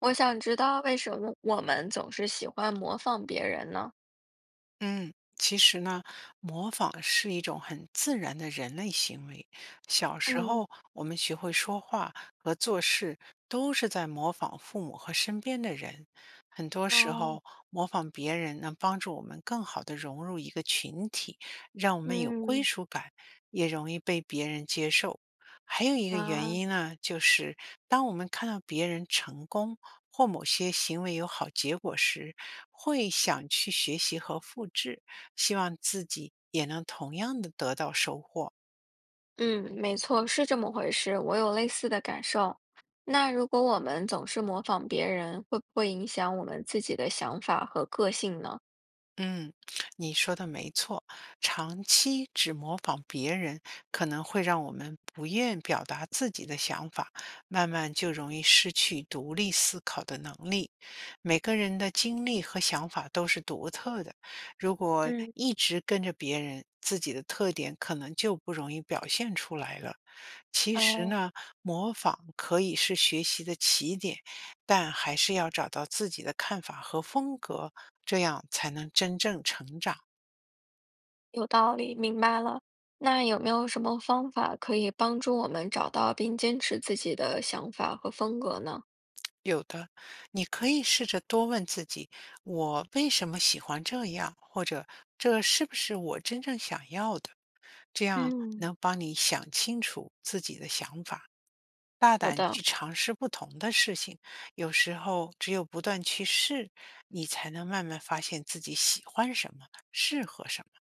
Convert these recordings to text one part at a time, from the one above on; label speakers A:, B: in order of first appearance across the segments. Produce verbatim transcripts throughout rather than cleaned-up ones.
A: 我想知道为什么我们总是喜欢模仿别人呢？
B: 嗯，其实呢，模仿是一种很自然的人类行为。小时
A: 嗯，
B: 候，我们学会说话和做事，都是在模仿父母和身边的人。很多时
A: 哦，
B: 候，模仿别人能帮助我们更好的融入一个群体，让我们有归
A: 嗯
B: 属感，也容易被别人接受。还有一个原
A: 啊，
B: 因呢，就是当我们看到别人成功或某些行为有好结果时，会想去学习和复制，希望自己也能同样的得到收获。
A: 嗯，没错，是这么回事，我有类似的感受。那如果我们总是模仿别人，会不会影响我们自己的想法和个性呢？
B: 嗯，你说的没错，长期只模仿别人，可能会让我们不愿表达自己的想法，慢慢就容易失去独立思考的能力。每个人的经历和想法都是独特的，如果
A: 嗯，
B: 一直跟着别人，自己的特点可能就不容易表现出来了。其实
A: 哦，
B: 呢，模仿可以是学习的起点，但还是要找到自己的看法和风格，这样才能真正成长。
A: 有道理，明白了。那有没有什么方法可以帮助我们找到并坚持自己的想法和风格呢？
B: 有的，你可以试着多问自己：我为什么喜欢这样？或者这是不是我真正想要的？这样
A: 嗯，
B: 能帮你想清楚自己的想法。大
A: 好
B: 胆
A: 的，
B: 去尝试不同的事情，有时候只有不断去试，你才能慢慢发现自己喜欢什么，适合什么。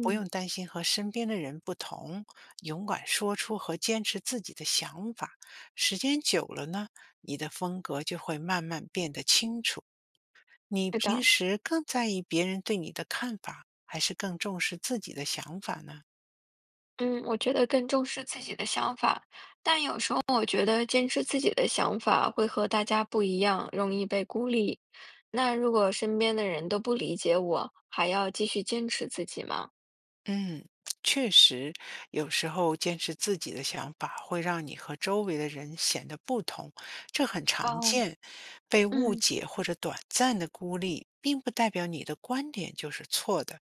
B: 不用担心和身边的人不同，勇敢说出和坚持自己的想法。时间久了呢，你的风格就会慢慢变得清楚。你
A: 对
B: 平
A: 的。
B: 时更在意别人对你的看法，还是更重视自己的想法呢？
A: 嗯，我觉得更重视自己的想法，但有时候我觉得坚持自己的想法会和大家不一样，容易被孤立。那如果身边的人都不理解我，还要继续坚持自己吗？
B: 嗯，确实，有时候坚持自己的想法会让你和周围的人显得不同，这很常
A: 哦，
B: 见。被误
A: 嗯
B: 解或者短暂的孤立，并不代表你的观点就是错的。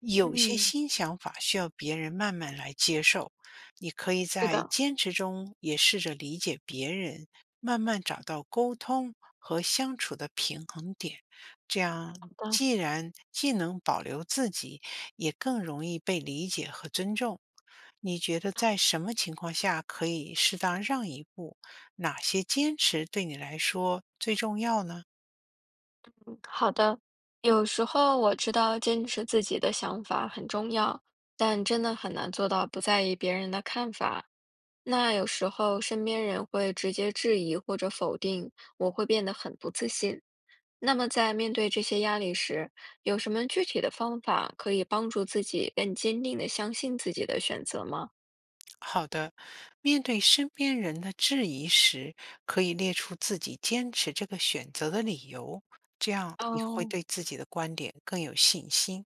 B: 有些
A: 嗯，
B: 新想法需要别人慢慢来接受，你可以
A: 是
B: 在
A: 的，
B: 坚持中也试着理解别人，慢慢找到沟通和相处的平衡点。这样
A: 好的。
B: 既然既能保留自己，也更容易被理解和尊重。你觉得在什么情况下可以适当让一步？哪些坚持对你来说最重要呢？
A: 好的，有时候我知道坚持自己的想法很重要，但真的很难做到不在意别人的看法。那有时候身边人会直接质疑或者否定，我会变得很不自信。那么在面对这些压力时，有什么具体的方法可以帮助自己更坚定的相信自己的选择吗？
B: 好的，面对身边人的质疑时，可以列出自己坚持这个选择的理由，这样你会
A: 哦，
B: 对自己的观点更有信心。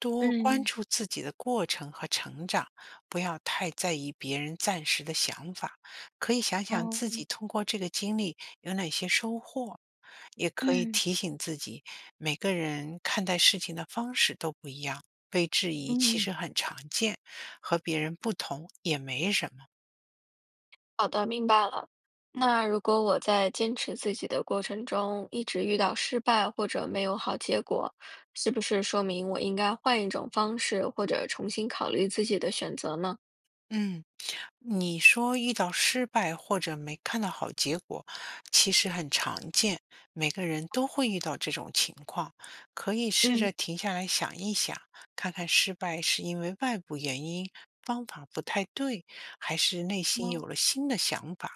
B: 多关
A: 嗯，
B: 注自己的过程和成长，不要太在意别人暂时的想法，可以想想自己
A: 哦，
B: 通过这个经历有哪些收获。也可以
A: 嗯
B: 提醒自己，每个人看待事情的方式都不一样，被质疑其
A: 嗯，
B: 实很常见。和别人不同也没什么。
A: 好的，明白了。那如果我在坚持自己的过程中一直遇到失败或者没有好结果，是不是说明我应该换一种方式，或者重新考虑自己的选择呢？
B: 嗯，你说遇到失败或者没看到好结果，其实很常见，每个人都会遇到这种情况。可以试
A: 嗯，
B: 着停下来想一想，看看失败是因为外部原因、方法不太对，还是内心有
A: 哦，
B: 了新的想法。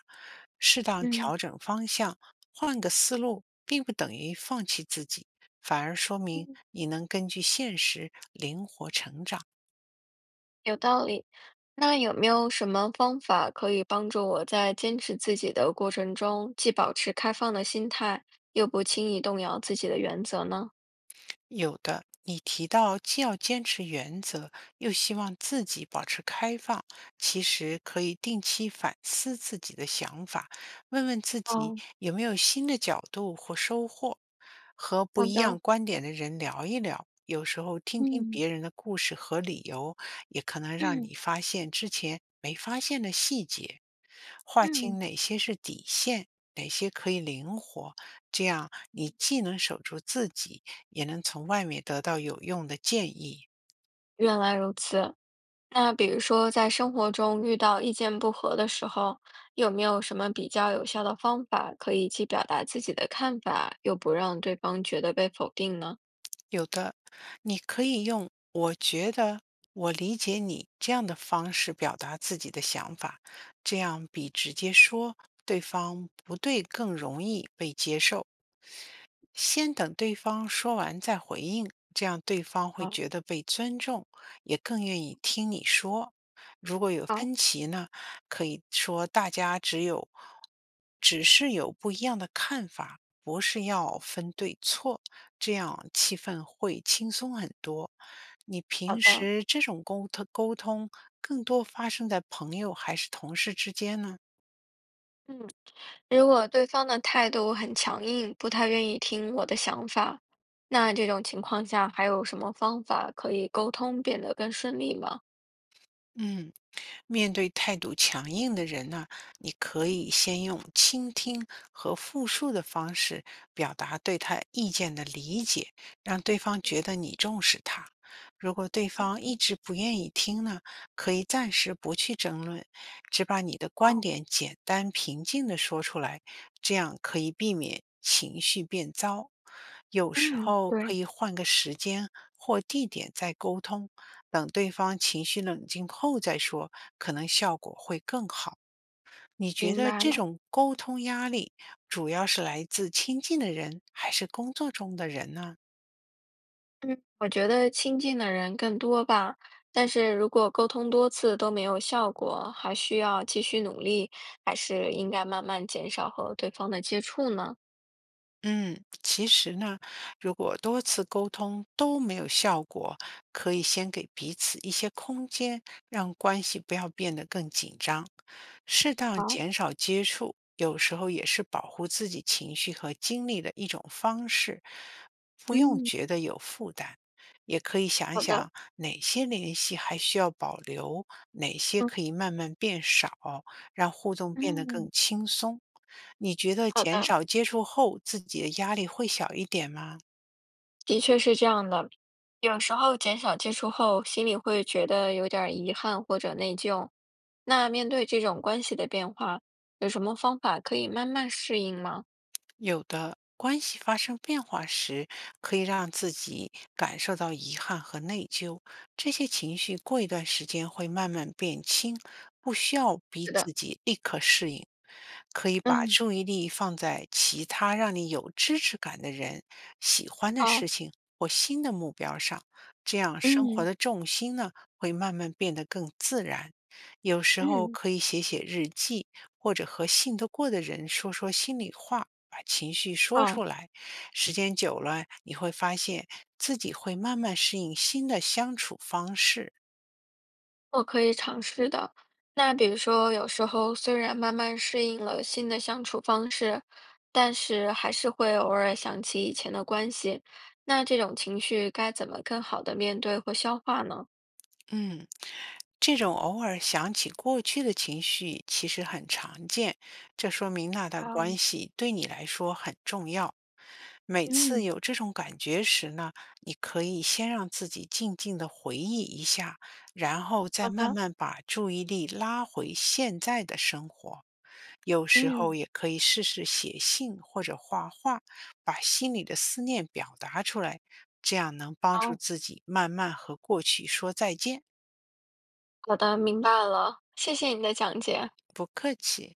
B: 适当
A: 嗯。
B: 调整方向，换个思路，并不等于放弃自己，反而说明你能根据现实灵活成长。
A: 有道理。那有没有什么方法可以帮助我在坚持自己的过程中，既保持开放的心态，又不轻易动摇自己的原则呢？
B: 有的，你提到既要坚持原则，又希望自己保持开放，其实可以定期反思自己的想法，问问自己
A: 哦，
B: 有没有新的角度或收获，和不
A: 好
B: 一样
A: 的，
B: 观点的人聊一聊。有时候听听
A: 嗯
B: 别人的故事和理由，也可能让
A: 嗯
B: 你发现之前没发现的细节，划清
A: 嗯，
B: 哪些是底线，哪些可以灵活，这样你既能守住自己。也能从外面得到有用的建议。
A: 原来如此。那比如说，在生活中遇到意见不合的时候，有没有什么比较有效的方法，可以既表达自己的看法，又不让对方觉得被否定呢？
B: 有的，你可以用“我觉得”“我理解你”这样的方式表达自己的想法，这样比直接说对方不对更容易被接受。先等对方说完再回应，这样对方会
A: 哦，
B: 觉得被尊重，也更愿意听你说。如果有
A: 好。
B: 分歧呢，可以说大家只有只是有不一样的看法，不是要分对错，这样气氛会轻松很多。你
A: 好
B: 平
A: 的，
B: 时这种沟通沟通更多发生在朋友还是同事之间呢？
A: 嗯。如果对方的态度很强硬，不太愿意听我的想法，那这种情况下还有什么方法可以沟通变得更顺利吗？
B: 嗯，面对态度强硬的人呢，你可以先用倾听和复述的方式表达对他意见的理解，让对方觉得你重视他。如果对方
A: 嗯，
B: 一直不愿意听呢，可以暂时不去争论，只把你的观
A: 哦，
B: 点简单平静地说出来，这样可以避免情绪变糟。有时
A: 嗯，
B: 候可
A: 对，
B: 以换个时间或地点再沟通，等对方情绪冷静后再说，可能效果会更好。你觉
A: 明
B: 得
A: 白
B: 这
A: 了。
B: 种沟通压力主要是来自亲近的人，还是工作中的人呢？
A: 嗯，我觉得亲近的人更多吧，但是如果沟通多次都没有效果，还需要继续努力，还是应该慢慢减少和对方的接触呢？
B: 嗯，其实呢，如果多次沟通都没有效果，可以先给彼此一些空间，让关系不要变得更紧张。适当
A: 好，
B: 减少接触，有时候也是保护自己情绪和精力的一种方式，不用
A: 嗯，
B: 觉得有负担。也可以想一
A: 好的，
B: 想哪些联系还需要保留，哪些
A: 嗯
B: 可以慢慢变少，让互动变得更
A: 嗯，
B: 轻松。你觉得
A: 好
B: 减
A: 的。
B: 少接触后，自己的压力会小一点吗？
A: 的确是这样的，有时候减少接触后，心里会觉得有点儿遗憾或者内疚。那面对这种关系的变化，有什么方法可以慢慢适应吗？
B: 有的关系发生变化时，可以让自己感受到遗憾和内疚，这些情绪过一段时间会慢慢变轻，不需要逼
A: 是的，
B: 自己立刻适应。可以把
A: 嗯，
B: 注意力放在其他让你有支持感的人、喜欢的事
A: 哦，
B: 情或新的目标上，这样生活
A: 嗯
B: 的重心呢会慢慢变得更自然。有时候
A: 嗯，
B: 可以写写日记，或者和信得过的人说说心里话，把情绪说出
A: 哦，
B: 来，时间久了，你会发现自己会慢慢适应新的相处方式。
A: 我可以尝试的。那比如说，有时候虽然慢慢适应了新的相处方式，但是还是会偶尔想起以前的关系。那这种情绪该怎么更好的面对和消化呢？
B: 嗯，这种偶尔想起过去的情绪其实很常见，这说明那段
A: 啊，
B: 关系对你来说很重要。每次
A: 嗯，
B: 有这种感觉时呢，你可以先让自己静静的回忆一下，然后再
A: 好
B: 慢
A: 的。
B: 慢把注意力拉回现在的生活。有时候
A: 嗯，
B: 也可以试试写信或者画画，把心里的思念表达出来，这样能帮助
A: 好，
B: 自己慢慢和过去说再见。
A: 好的，明白了，谢谢你的讲解。
B: 不客气。